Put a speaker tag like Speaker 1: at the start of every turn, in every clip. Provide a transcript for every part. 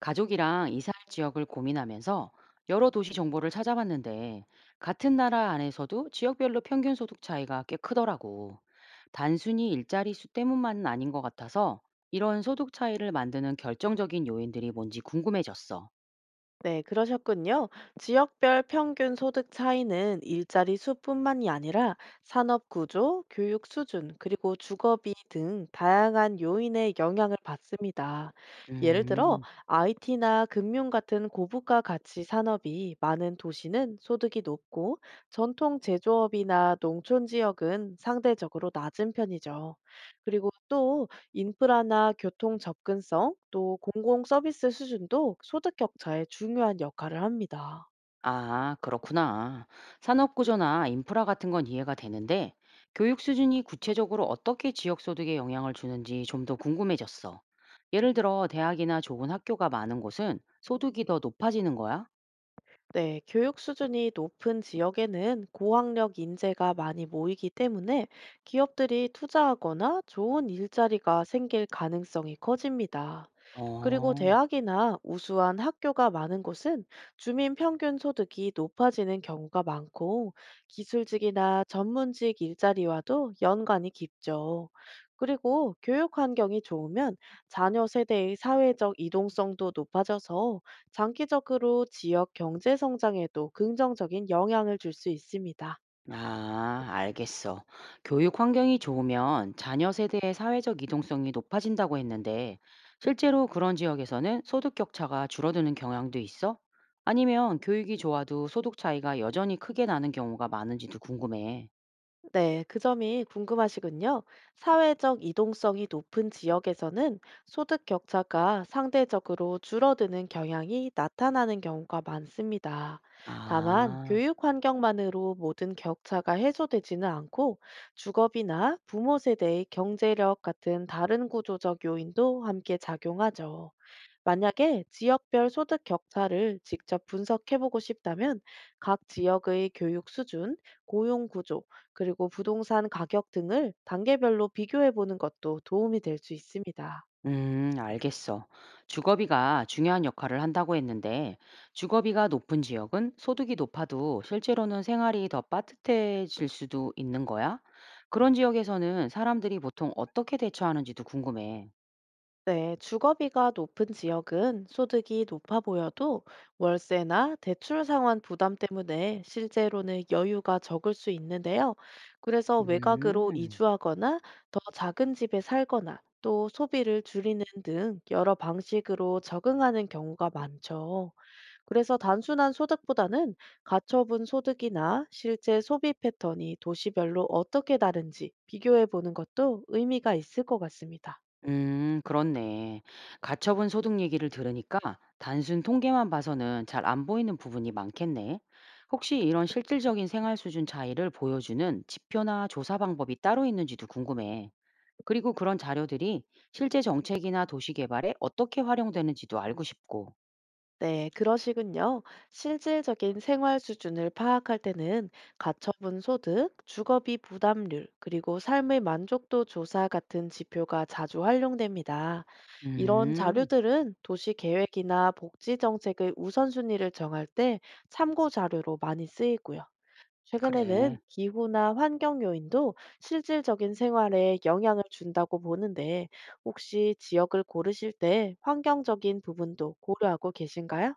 Speaker 1: 가족이랑 이사할 지역을 고민하면서 여러 도시 정보를 찾아봤는데 같은 나라 안에서도 지역별로 평균 소득 차이가 꽤 크더라고. 단순히 일자리 수 때문만은 아닌 것 같아서 이런 소득 차이를 만드는 결정적인 요인들이 뭔지 궁금해졌어.
Speaker 2: 네, 그러셨군요. 지역별 평균 소득 차이는 일자리 수뿐만이 아니라 산업 구조, 교육 수준, 그리고 주거비 등 다양한 요인의 영향을 받습니다. 예를 들어,
Speaker 1: 음.
Speaker 2: IT나 금융 같은 고부가 가치 산업이 많은 도시는 소득이 높고, 전통 제조업이나 농촌 지역은 상대적으로 낮은 편이죠. 그리고 또 인프라나 교통 접근성, 또 공공 서비스 수준도 소득 격차에 중요한 역할을 합니다.
Speaker 1: 아, 그렇구나. 산업구조나 인프라 같은 건 이해가 되는데, 교육 수준이 구체적으로 어떻게 지역 소득에 영향을 주는지 좀 더 궁금해졌어. 예를 들어, 대학이나 좋은 학교가 많은 곳은 소득이 더 높아지는 거야?
Speaker 2: 네, 교육 수준이 높은 지역에는 고학력 인재가 많이 모이기 때문에 기업들이 투자하거나 좋은 일자리가 생길 가능성이 커집니다. 그리고
Speaker 1: 어.
Speaker 2: 대학이나 우수한 학교가 많은 곳은 주민 평균 소득이 높아지는 경우가 많고 기술직이나 전문직 일자리와도 연관이 깊죠. 그리고 교육 환경이 좋으면 자녀 세대의 사회적 이동성도 높아져서 장기적으로 지역 경제 성장에도 긍정적인 영향을 줄 수 있습니다.
Speaker 1: 아, 알겠어. 교육 환경이 좋으면 자녀 세대의 사회적 이동성이 높아진다고 했는데, 실제로 그런 지역에서는 소득 격차가 줄어드는 경향도 있어? 아니면 교육이 좋아도 소득 차이가 여전히 크게 나는 경우가 많은지도 궁금해.
Speaker 2: 네, 그 점이 궁금하시군요. 사회적 이동성이 높은 지역에서는 소득 격차가 상대적으로 줄어드는 경향이 나타나는 경우가 많습니다. 다만,
Speaker 1: 아.
Speaker 2: 교육 환경만으로 모든 격차가 해소되지는 않고 주거비나 부모 세대의 경제력 같은 다른 구조적 요인도 함께 작용하죠. 만약에 지역별 소득 격차를 직접 분석해보고 싶다면 각 지역의 교육 수준, 고용 구조, 그리고 부동산 가격 등을 단계별로 비교해보는 것도 도움이 될 수 있습니다.
Speaker 1: 알겠어. 주거비가 중요한 역할을 한다고 했는데, 주거비가 높은 지역은 소득이 높아도 실제로는 생활이 더 빠듯해질 수도 있는 거야? 그런 지역에서는 사람들이 보통 어떻게 대처하는지도 궁금해.
Speaker 2: 네, 주거비가 높은 지역은 소득이 높아 보여도 월세나 대출 상환 부담 때문에 실제로는 여유가 적을 수 있는데요. 그래서 외곽으로
Speaker 1: 음.
Speaker 2: 이주하거나 더 작은 집에 살거나 또 소비를 줄이는 등 여러 방식으로 적응하는 경우가 많죠. 그래서 단순한 소득보다는 가처분 소득이나 실제 소비 패턴이 도시별로 어떻게 다른지 비교해 보는 것도 의미가 있을 것 같습니다.
Speaker 1: 그렇네. 가처분 소득 얘기를 들으니까 단순 통계만 봐서는 잘 안 보이는 부분이 많겠네. 혹시 이런 실질적인 생활 수준 차이를 보여주는 지표나 조사 방법이 따로 있는지도 궁금해. 그리고 그런 자료들이 실제 정책이나 도시 개발에 어떻게 활용되는지도 알고 싶고.
Speaker 2: 네, 그러시군요. 실질적인 생활 수준을 파악할 때는 가처분 소득, 주거비 부담률, 그리고 삶의 만족도 조사 같은 지표가 자주 활용됩니다. 이런
Speaker 1: 음,
Speaker 2: 자료들은 도시 계획이나 복지 정책의 우선순위를 정할 때 참고 자료로 많이 쓰이고요. 최근에는
Speaker 1: 그래.
Speaker 2: 기후나 환경 요인도 실질적인 생활에 영향을 준다고 보는데, 혹시 지역을 고르실 때 환경적인 부분도 고려하고 계신가요?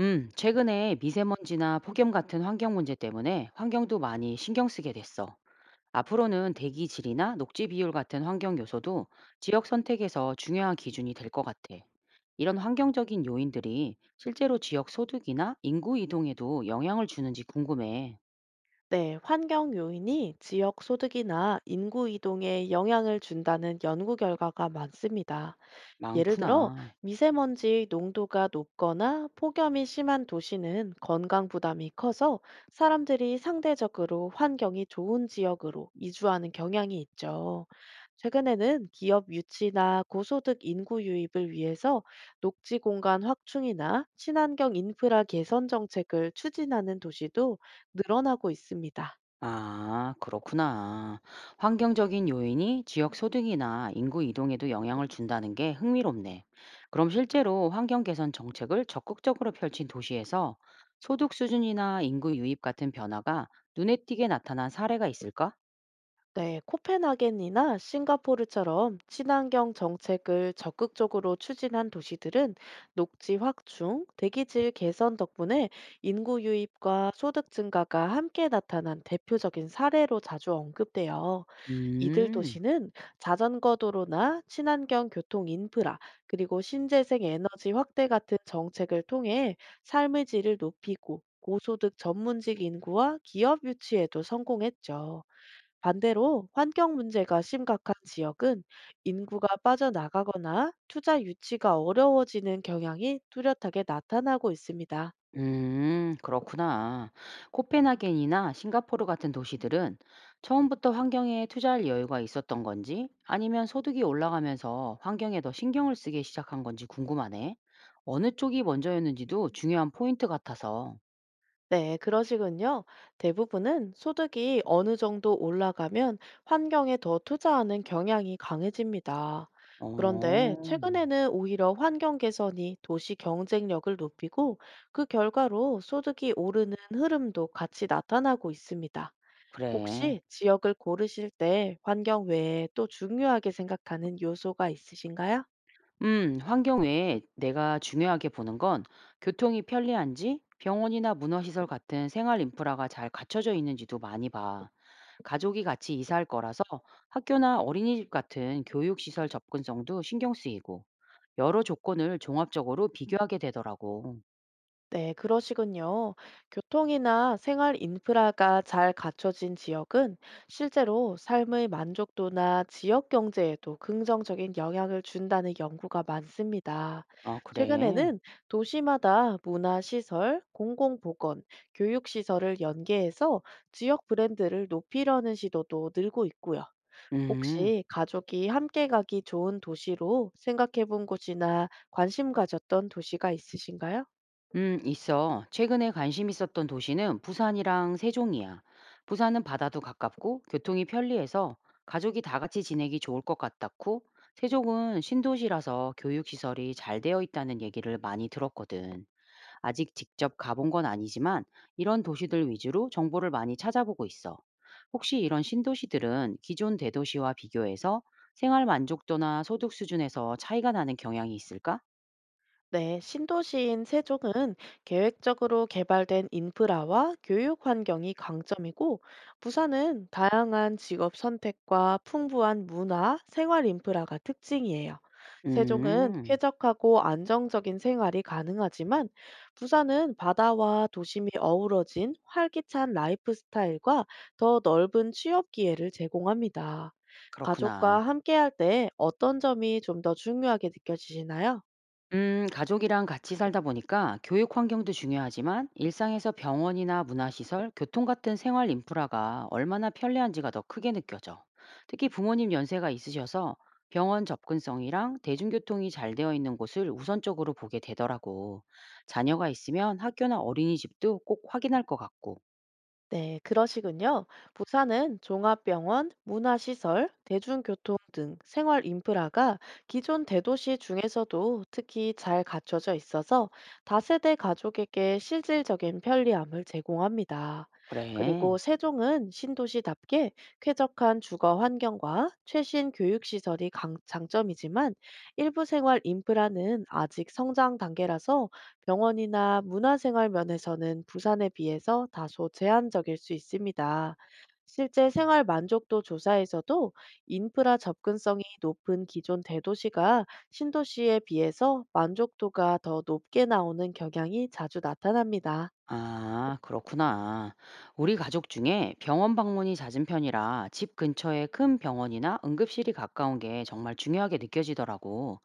Speaker 1: 최근에 미세먼지나 폭염 같은 환경 문제 때문에 환경도 많이 신경 쓰게 됐어. 앞으로는 대기 질이나 녹지 비율 같은 환경 요소도 지역 선택에서 중요한 기준이 될 것 같아. 이런 환경적인 요인들이 실제로 지역 소득이나 인구 이동에도 영향을 주는지 궁금해.
Speaker 2: 네, 환경 요인이 지역 소득이나 인구 이동에 영향을 준다는 연구 결과가 많습니다. 예를 들어,
Speaker 1: 많구나.
Speaker 2: 미세먼지 농도가 높거나 폭염이 심한 도시는 건강 부담이 커서 사람들이 상대적으로 환경이 좋은 지역으로 이주하는 경향이 있죠. 최근에는 기업 유치나 고소득 인구 유입을 위해서 녹지 공간 확충이나 친환경 인프라 개선 정책을 추진하는 도시도 늘어나고 있습니다.
Speaker 1: 아, 그렇구나. 환경적인 요인이 지역 소득이나 인구 이동에도 영향을 준다는 게 흥미롭네. 그럼 실제로 환경 개선 정책을 적극적으로 펼친 도시에서 소득 수준이나 인구 유입 같은 변화가 눈에 띄게 나타난 사례가 있을까?
Speaker 2: 네, 코펜하겐이나 싱가포르처럼 친환경 정책을 적극적으로 추진한 도시들은 녹지 확충, 대기질 개선 덕분에 인구 유입과 소득 증가가 함께 나타난 대표적인 사례로 자주 언급돼요. 이들
Speaker 1: 음.
Speaker 2: 도시는 자전거 도로나 친환경 교통 인프라, 그리고 신재생 에너지 확대 같은 정책을 통해 삶의 질을 높이고 고소득 전문직 인구와 기업 유치에도 성공했죠. 반대로 환경 문제가 심각한 지역은 인구가 빠져나가거나 투자 유치가 어려워지는 경향이 뚜렷하게 나타나고 있습니다.
Speaker 1: 음. 그렇구나. 코펜하겐이나 싱가포르 같은 도시들은 처음부터 환경에 투자할 여유가 있었던 건지 아니면 소득이 올라가면서 환경에 더 신경을 쓰기 시작한 건지 궁금하네. 어느 쪽이 먼저였는지도 중요한 포인트 같아서.
Speaker 2: 네, 그러시군요. 대부분은 소득이 어느 정도 올라가면 환경에 더 투자하는 경향이 강해집니다. 그런데
Speaker 1: 어.
Speaker 2: 최근에는 오히려 환경 개선이 도시 경쟁력을 높이고 그 결과로 소득이 오르는 흐름도 같이 나타나고 있습니다.
Speaker 1: 그래.
Speaker 2: 혹시 지역을 고르실 때 환경 외에 또 중요하게 생각하는 요소가 있으신가요?
Speaker 1: 환경 외에 내가 중요하게 보는 건 교통이 편리한지, 병원이나 문화시설 같은 생활 인프라가 잘 갖춰져 있는지도 많이 봐. 가족이 같이 이사할 거라서 학교나 어린이집 같은 교육시설 접근성도 신경 쓰이고, 여러 조건을 종합적으로 비교하게 되더라고.
Speaker 2: 네, 그러시군요. 교통이나 생활 인프라가 잘 갖춰진 지역은 실제로 삶의 만족도나 지역 경제에도 긍정적인 영향을 준다는 연구가 많습니다.
Speaker 1: 아, 그래.
Speaker 2: 최근에는 도시마다 문화시설, 공공보건, 교육시설을 연계해서 지역 브랜드를 높이려는 시도도 늘고 있고요.
Speaker 1: 음.
Speaker 2: 혹시 가족이 함께 가기 좋은 도시로 생각해 본 곳이나 관심 가졌던 도시가 있으신가요?
Speaker 1: 있어. 최근에 관심 있었던 도시는 부산이랑 세종이야. 부산은 바다도 가깝고 교통이 편리해서 가족이 다 같이 지내기 좋을 것 같았고, 세종은 신도시라서 교육시설이 잘 되어 있다는 얘기를 많이 들었거든. 아직 직접 가본 건 아니지만 이런 도시들 위주로 정보를 많이 찾아보고 있어. 혹시 이런 신도시들은 기존 대도시와 비교해서 생활 만족도나 소득 수준에서 차이가 나는 경향이 있을까?
Speaker 2: 네, 신도시인 세종은 계획적으로 개발된 인프라와 교육 환경이 강점이고, 부산은 다양한 직업 선택과 풍부한 문화, 생활 인프라가 특징이에요. 세종은
Speaker 1: 음,
Speaker 2: 쾌적하고 안정적인 생활이 가능하지만, 부산은 바다와 도심이 어우러진 활기찬 라이프 스타일과 더 넓은 취업 기회를 제공합니다. 가족과
Speaker 1: 그렇구나.
Speaker 2: 함께할 때 어떤 점이 좀 더 중요하게 느껴지시나요?
Speaker 1: 가족이랑 같이 살다 보니까 교육 환경도 중요하지만 일상에서 병원이나 문화시설, 교통 같은 생활 인프라가 얼마나 편리한지가 더 크게 느껴져. 특히 부모님 연세가 있으셔서 병원 접근성이랑 대중교통이 잘 되어 있는 곳을 우선적으로 보게 되더라고. 자녀가 있으면 학교나 어린이집도 꼭 확인할 것 같고.
Speaker 2: 네, 그러시군요. 부산은 종합병원, 문화시설, 대중교통 등 생활 인프라가 기존 대도시 중에서도 특히 잘 갖춰져 있어서 다세대 가족에게 실질적인 편리함을 제공합니다. 그리고
Speaker 1: 그래.
Speaker 2: 세종은 신도시답게 쾌적한 주거 환경과 최신 교육시설이 장점이지만 일부 생활 인프라는 아직 성장 단계라서 병원이나 문화생활 면에서는 부산에 비해서 다소 제한적일 수 있습니다. 실제 생활 만족도 조사에서도 인프라 접근성이 높은 기존 대도시가 신도시에 비해서 만족도가 더 높게 나오는 경향이 자주 나타납니다.
Speaker 1: 아, 그렇구나. 우리 가족 중에 병원 방문이 잦은 편이라 집 근처에 큰 병원이나 응급실이 가까운 게 정말 중요하게 느껴지더라고.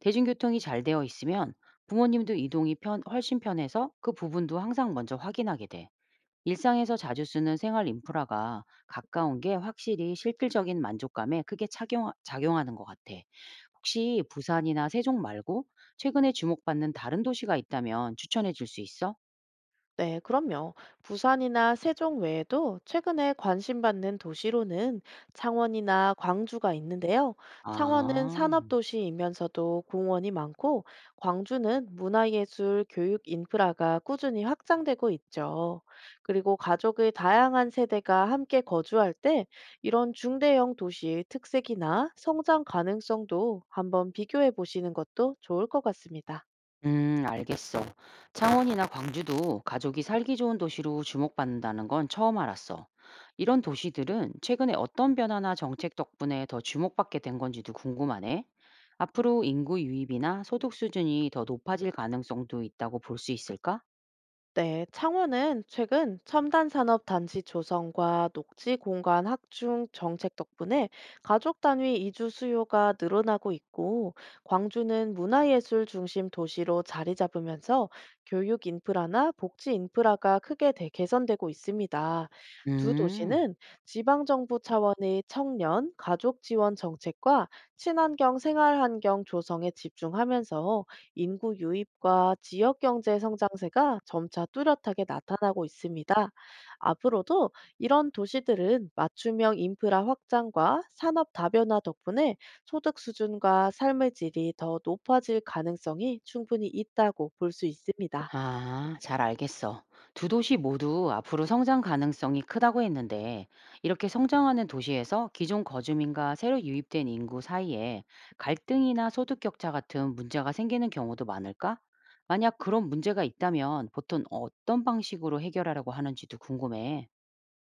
Speaker 1: 대중교통이 잘 되어 있으면 부모님도 훨씬 편해서 그 부분도 항상 먼저 확인하게 돼. 일상에서 자주 쓰는 생활 인프라가 가까운 게 확실히 실질적인 만족감에 크게 작용하는 것 같아. 혹시 부산이나 세종 말고 최근에 주목받는 다른 도시가 있다면 추천해 줄 수 있어?
Speaker 2: 네, 그럼요. 부산이나 세종 외에도 최근에 관심받는 도시로는 창원이나 광주가 있는데요. 창원은
Speaker 1: 아.
Speaker 2: 산업도시이면서도 공원이 많고, 광주는 문화예술, 교육 인프라가 꾸준히 확장되고 있죠. 그리고 가족의 다양한 세대가 함께 거주할 때 이런 중대형 도시의 특색이나 성장 가능성도 한번 비교해 보시는 것도 좋을 것 같습니다.
Speaker 1: 알겠어. 창원이나 광주도 가족이 살기 좋은 도시로 주목받는다는 건 처음 알았어. 이런 도시들은 최근에 어떤 변화나 정책 덕분에 더 주목받게 된 건지도 궁금하네. 앞으로 인구 유입이나 소득 수준이 더 높아질 가능성도 있다고 볼 수 있을까?
Speaker 2: 네, 창원은 최근 첨단 산업 단지 조성과 녹지 공간 확충 정책 덕분에 가족 단위 이주 수요가 늘어나고 있고, 광주는 문화예술 중심 도시로 자리 잡으면서 교육 인프라나 복지 인프라가 크게 개선되고 있습니다. 두
Speaker 1: 음.
Speaker 2: 도시는 지방정부 차원의 청년, 가족 지원 정책과 친환경 생활 환경 조성에 집중하면서 인구 유입과 지역 경제 성장세가 점차 뚜렷하게 나타나고 있습니다. 앞으로도 이런 도시들은 맞춤형 인프라 확장과 산업 다변화 덕분에 소득 수준과 삶의 질이 더 높아질 가능성이 충분히 있다고 볼 수 있습니다.
Speaker 1: 아, 잘 알겠어. 두 도시 모두 앞으로 성장 가능성이 크다고 했는데, 이렇게 성장하는 도시에서 기존 거주민과 새로 유입된 인구 사이에 갈등이나 소득 격차 같은 문제가 생기는 경우도 많을까? 만약 그런 문제가 있다면 보통 어떤 방식으로 해결하려고 하는지도 궁금해.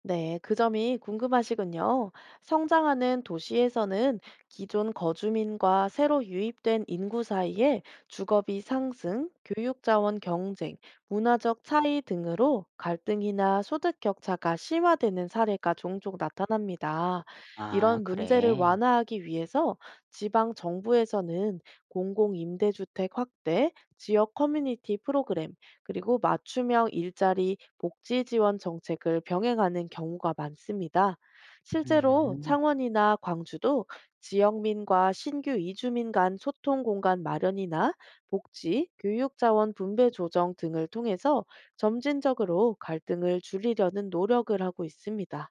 Speaker 2: 네, 그 점이 궁금하시군요. 성장하는 도시에서는 기존 거주민과 새로 유입된 인구 사이에 주거비 상승, 교육자원 경쟁, 문화적 차이 등으로 갈등이나 소득 격차가 심화되는 사례가 종종 나타납니다.
Speaker 1: 아,
Speaker 2: 이런 문제를
Speaker 1: 그래.
Speaker 2: 완화하기 위해서 지방 정부에서는 공공임대주택 확대, 지역 커뮤니티 프로그램, 그리고 맞춤형 일자리 복지 지원 정책을 병행하는 경우가 많습니다. 실제로
Speaker 1: 음.
Speaker 2: 창원이나 광주도 지역민과 신규 이주민 간 소통 공간 마련이나 복지, 교육 자원 분배 조정 등을 통해서 점진적으로 갈등을 줄이려는 노력을 하고 있습니다.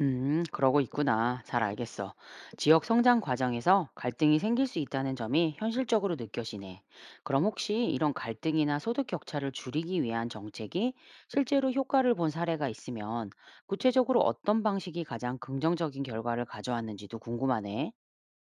Speaker 1: 그러고 있구나. 잘 알겠어. 지역 성장 과정에서 갈등이 생길 수 있다는 점이 현실적으로 느껴지네. 그럼 혹시 이런 갈등이나 소득 격차를 줄이기 위한 정책이 실제로 효과를 본 사례가 있으면 구체적으로 어떤 방식이 가장 긍정적인 결과를 가져왔는지도 궁금하네.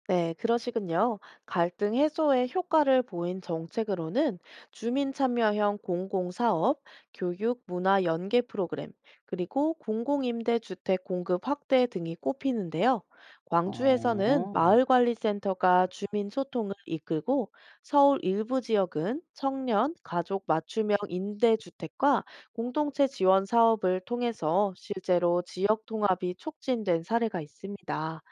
Speaker 2: 네, 그러시군요. 갈등 해소에 효과를 보인 정책으로는 주민 참여형 공공사업, 교육, 문화 연계 프로그램, 그리고 공공임대 주택 공급 확대 등이 꼽히는데요. 광주에서는
Speaker 1: 어.
Speaker 2: 마을관리센터가 주민 소통을 이끌고 서울 일부 지역은 청년, 가족 맞춤형 임대주택과 공동체 지원 사업을 통해서 실제로 지역 통합이 촉진된 사례가 있습니다.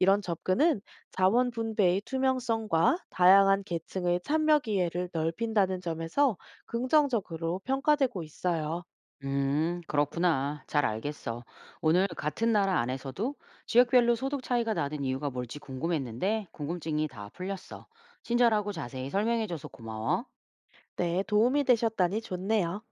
Speaker 2: 이런 접근은 자원 분배의 투명성과 다양한 계층의 참여 기회를 넓힌다는 점에서 긍정적으로 평가되고 있어요.
Speaker 1: 그렇구나. 잘 알겠어. 오늘 같은 나라 안에서도 지역별로 소득 차이가 나는 이유가 뭘지 궁금했는데 궁금증이 다 풀렸어. 친절하고 자세히 설명해줘서 고마워.
Speaker 2: 네, 도움이 되셨다니 좋네요.